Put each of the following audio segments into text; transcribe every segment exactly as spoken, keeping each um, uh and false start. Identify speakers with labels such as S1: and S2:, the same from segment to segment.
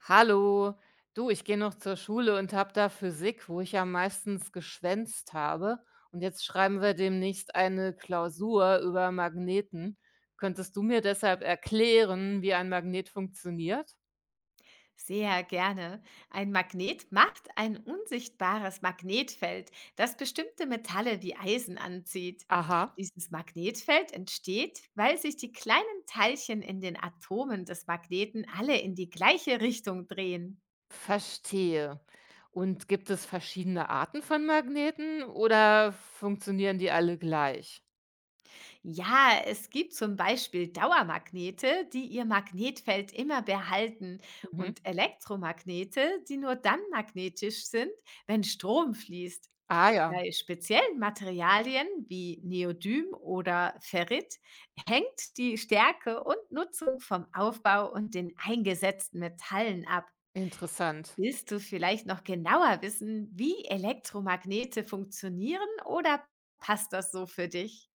S1: Hallo, du, ich gehe noch zur Schule und habe da Physik, wo ich ja meistens geschwänzt habe. Und jetzt schreiben wir demnächst eine Klausur über Magneten. Könntest du mir deshalb erklären, wie ein Magnet funktioniert?
S2: Sehr gerne. Ein Magnet macht ein unsichtbares Magnetfeld, das bestimmte Metalle wie Eisen anzieht.
S1: Aha.
S2: Dieses Magnetfeld entsteht, weil sich die kleinen Teilchen in den Atomen des Magneten alle in die gleiche Richtung drehen.
S1: Verstehe. Und gibt es verschiedene Arten von Magneten oder funktionieren die alle gleich?
S2: Ja, es gibt zum Beispiel Dauermagnete, die ihr Magnetfeld immer behalten,
S1: Mhm.
S2: und Elektromagnete, die nur dann magnetisch sind, wenn Strom fließt.
S1: Ah ja,
S2: Bei speziellen Materialien wie Neodym oder Ferrit hängt die Stärke und Nutzung vom Aufbau und den eingesetzten Metallen ab.
S1: interessant.
S2: Willst du vielleicht noch genauer wissen, wie Elektromagnete funktionieren, oder passt das so für dich?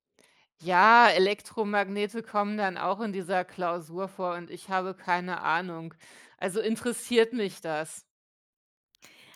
S1: Ja, Elektromagnete kommen dann auch in dieser Klausur vor und ich habe keine Ahnung. Also interessiert mich das.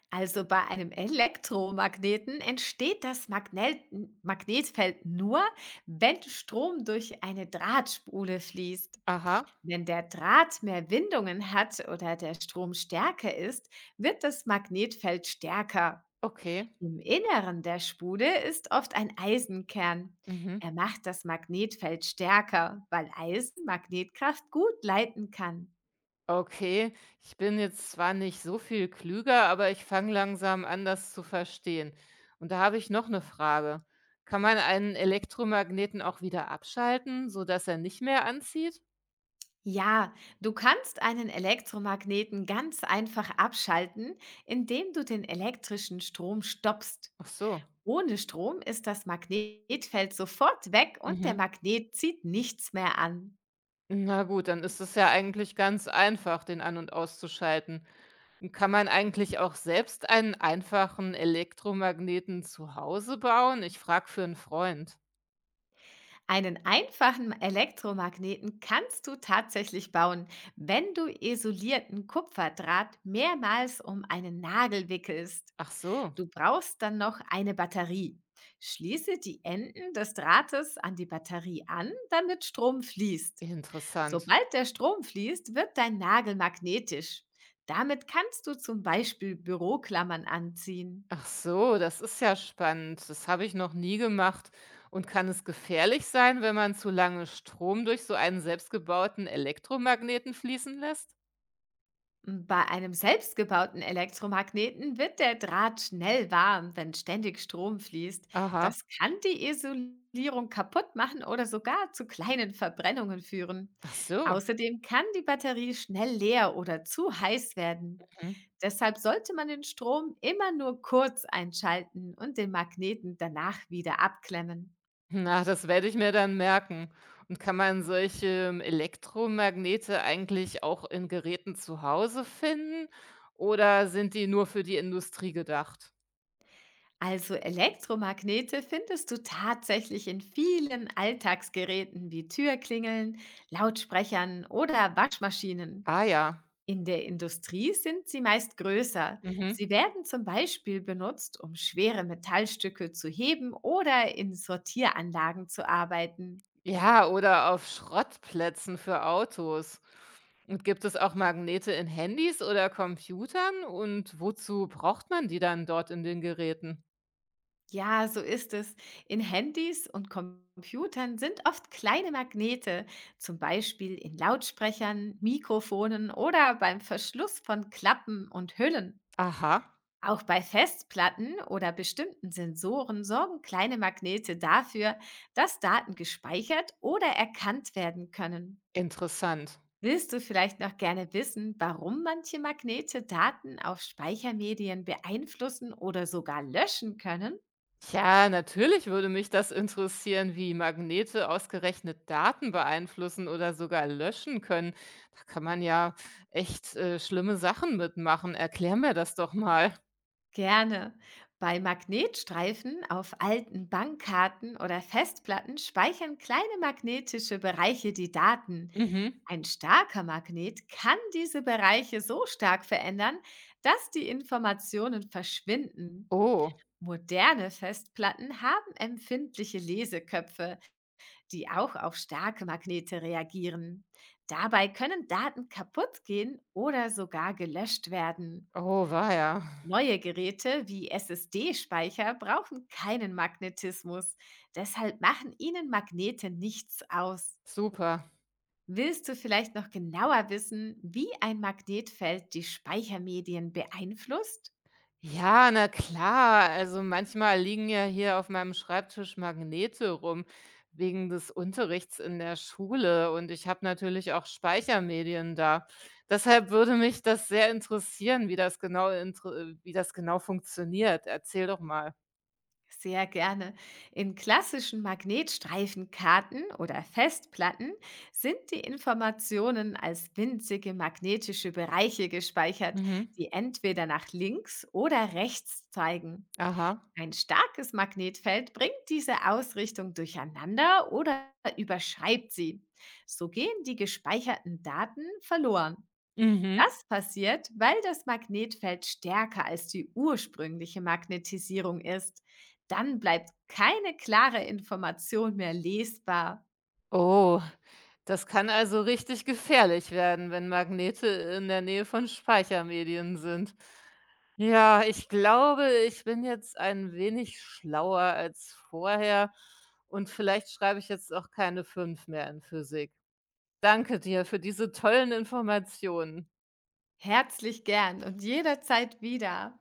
S2: Also bei einem Elektromagneten entsteht das Magnel Magnetfeld nur, wenn Strom durch eine Drahtspule fließt.
S1: Aha,
S2: Wenn der Draht mehr Windungen hat oder der Strom stärker ist, wird das Magnetfeld stärker.
S1: okay.
S2: Im Inneren der Spule ist oft ein Eisenkern.
S1: Mhm.
S2: Er macht das Magnetfeld stärker, weil Eisen Magnetkraft gut leiten kann.
S1: Okay, ich bin jetzt zwar nicht so viel klüger, aber ich fange langsam an, das zu verstehen. Und da habe ich noch eine Frage. Kann man einen Elektromagneten auch wieder abschalten, sodass er nicht mehr anzieht?
S2: Ja, du kannst einen Elektromagneten ganz einfach abschalten, indem du den elektrischen Strom stoppst.
S1: Ach so.
S2: Ohne Strom ist das Magnetfeld sofort weg und der
S1: Mhm.
S2: Magnet zieht nichts mehr an.
S1: Na gut, dann ist es ja eigentlich ganz einfach, den an- und auszuschalten. Und kann man eigentlich auch selbst einen einfachen Elektromagneten zu Hause bauen? Ich frage für einen Freund.
S2: Einen einfachen Elektromagneten kannst du tatsächlich bauen, wenn du isolierten Kupferdraht mehrmals um einen Nagel wickelst.
S1: Ach so,
S2: Du brauchst dann noch eine Batterie. Schließe die Enden des Drahtes an die Batterie an, damit Strom fließt.
S1: interessant.
S2: Sobald der Strom fließt, wird dein Nagel magnetisch. Damit kannst du zum Beispiel Büroklammern anziehen.
S1: Ach so, das ist ja spannend. Das habe ich noch nie gemacht. Und kann es gefährlich sein, wenn man zu lange Strom durch so einen selbstgebauten Elektromagneten fließen lässt?
S2: Bei einem selbstgebauten Elektromagneten wird der Draht schnell warm, wenn ständig Strom fließt. Das
S1: Aha.
S2: kann die Isolierung kaputt machen oder sogar zu kleinen Verbrennungen führen.
S1: Ach so.
S2: Außerdem kann die Batterie schnell leer oder zu heiß werden.
S1: Mhm.
S2: Deshalb sollte man den Strom immer nur kurz einschalten und den Magneten danach wieder abklemmen.
S1: Na, das werde ich mir dann merken. Und kann man solche ähm, Elektromagnete eigentlich auch in Geräten zu Hause finden oder sind die nur für die Industrie gedacht?
S2: Also Elektromagnete findest du tatsächlich in vielen Alltagsgeräten wie Türklingeln, Lautsprechern oder Waschmaschinen.
S1: Ah ja.
S2: In der Industrie sind sie meist größer.
S1: Mhm.
S2: Sie werden zum Beispiel benutzt, um schwere Metallstücke zu heben oder in Sortieranlagen zu arbeiten.
S1: Ja, oder auf Schrottplätzen für Autos. Und gibt es auch Magnete in Handys oder Computern? Und wozu braucht man die dann dort in den Geräten?
S2: Ja, so ist es. In Handys und Computern sind oft kleine Magnete, zum Beispiel in Lautsprechern, Mikrofonen oder beim Verschluss von Klappen und Hüllen.
S1: Aha,
S2: Auch bei Festplatten oder bestimmten Sensoren sorgen kleine Magnete dafür, dass Daten gespeichert oder erkannt werden können.
S1: interessant.
S2: Willst du vielleicht noch gerne wissen, warum manche Magnete Daten auf Speichermedien beeinflussen oder sogar löschen können?
S1: Tja, natürlich würde mich das interessieren, wie Magnete ausgerechnet Daten beeinflussen oder sogar löschen können. Da kann man ja echt äh, schlimme Sachen mitmachen. Erklär mir das doch mal.
S2: Gerne. Bei Magnetstreifen auf alten Bankkarten oder Festplatten speichern kleine magnetische Bereiche die Daten.
S1: Mhm.
S2: Ein starker Magnet kann diese Bereiche so stark verändern, dass die Informationen verschwinden.
S1: Oh,
S2: Moderne Festplatten haben empfindliche Leseköpfe, die auch auf starke Magnete reagieren. Dabei können Daten kaputt gehen oder sogar gelöscht werden.
S1: oh, war ja.
S2: Neue Geräte wie S S D-Speicher brauchen keinen Magnetismus, deshalb machen ihnen Magnete nichts aus.
S1: Super.
S2: Willst du vielleicht noch genauer wissen, wie ein Magnetfeld die Speichermedien beeinflusst?
S1: Ja, na klar. Also manchmal liegen ja hier auf meinem Schreibtisch Magnete rum wegen des Unterrichts in der Schule und ich habe natürlich auch Speichermedien da. Deshalb würde mich das sehr interessieren, wie das genau intere wie das genau funktioniert. Erzähl doch mal.
S2: Sehr gerne. In klassischen Magnetstreifenkarten oder Festplatten sind die Informationen als winzige magnetische Bereiche gespeichert,
S1: Mhm.
S2: die entweder nach links oder rechts zeigen.
S1: Aha.
S2: Ein starkes Magnetfeld bringt diese Ausrichtung durcheinander oder überschreibt sie. So gehen die gespeicherten Daten verloren.
S1: Mhm.
S2: Das passiert, weil das Magnetfeld stärker als die ursprüngliche Magnetisierung ist. Dann bleibt keine klare Information mehr lesbar.
S1: Oh, das kann also richtig gefährlich werden, wenn Magnete in der Nähe von Speichermedien sind. Ja, ich glaube, ich bin jetzt ein wenig schlauer als vorher und vielleicht schreibe ich jetzt auch keine fünf mehr in Physik. Danke dir für diese tollen Informationen.
S2: Herzlich gern und jederzeit wieder.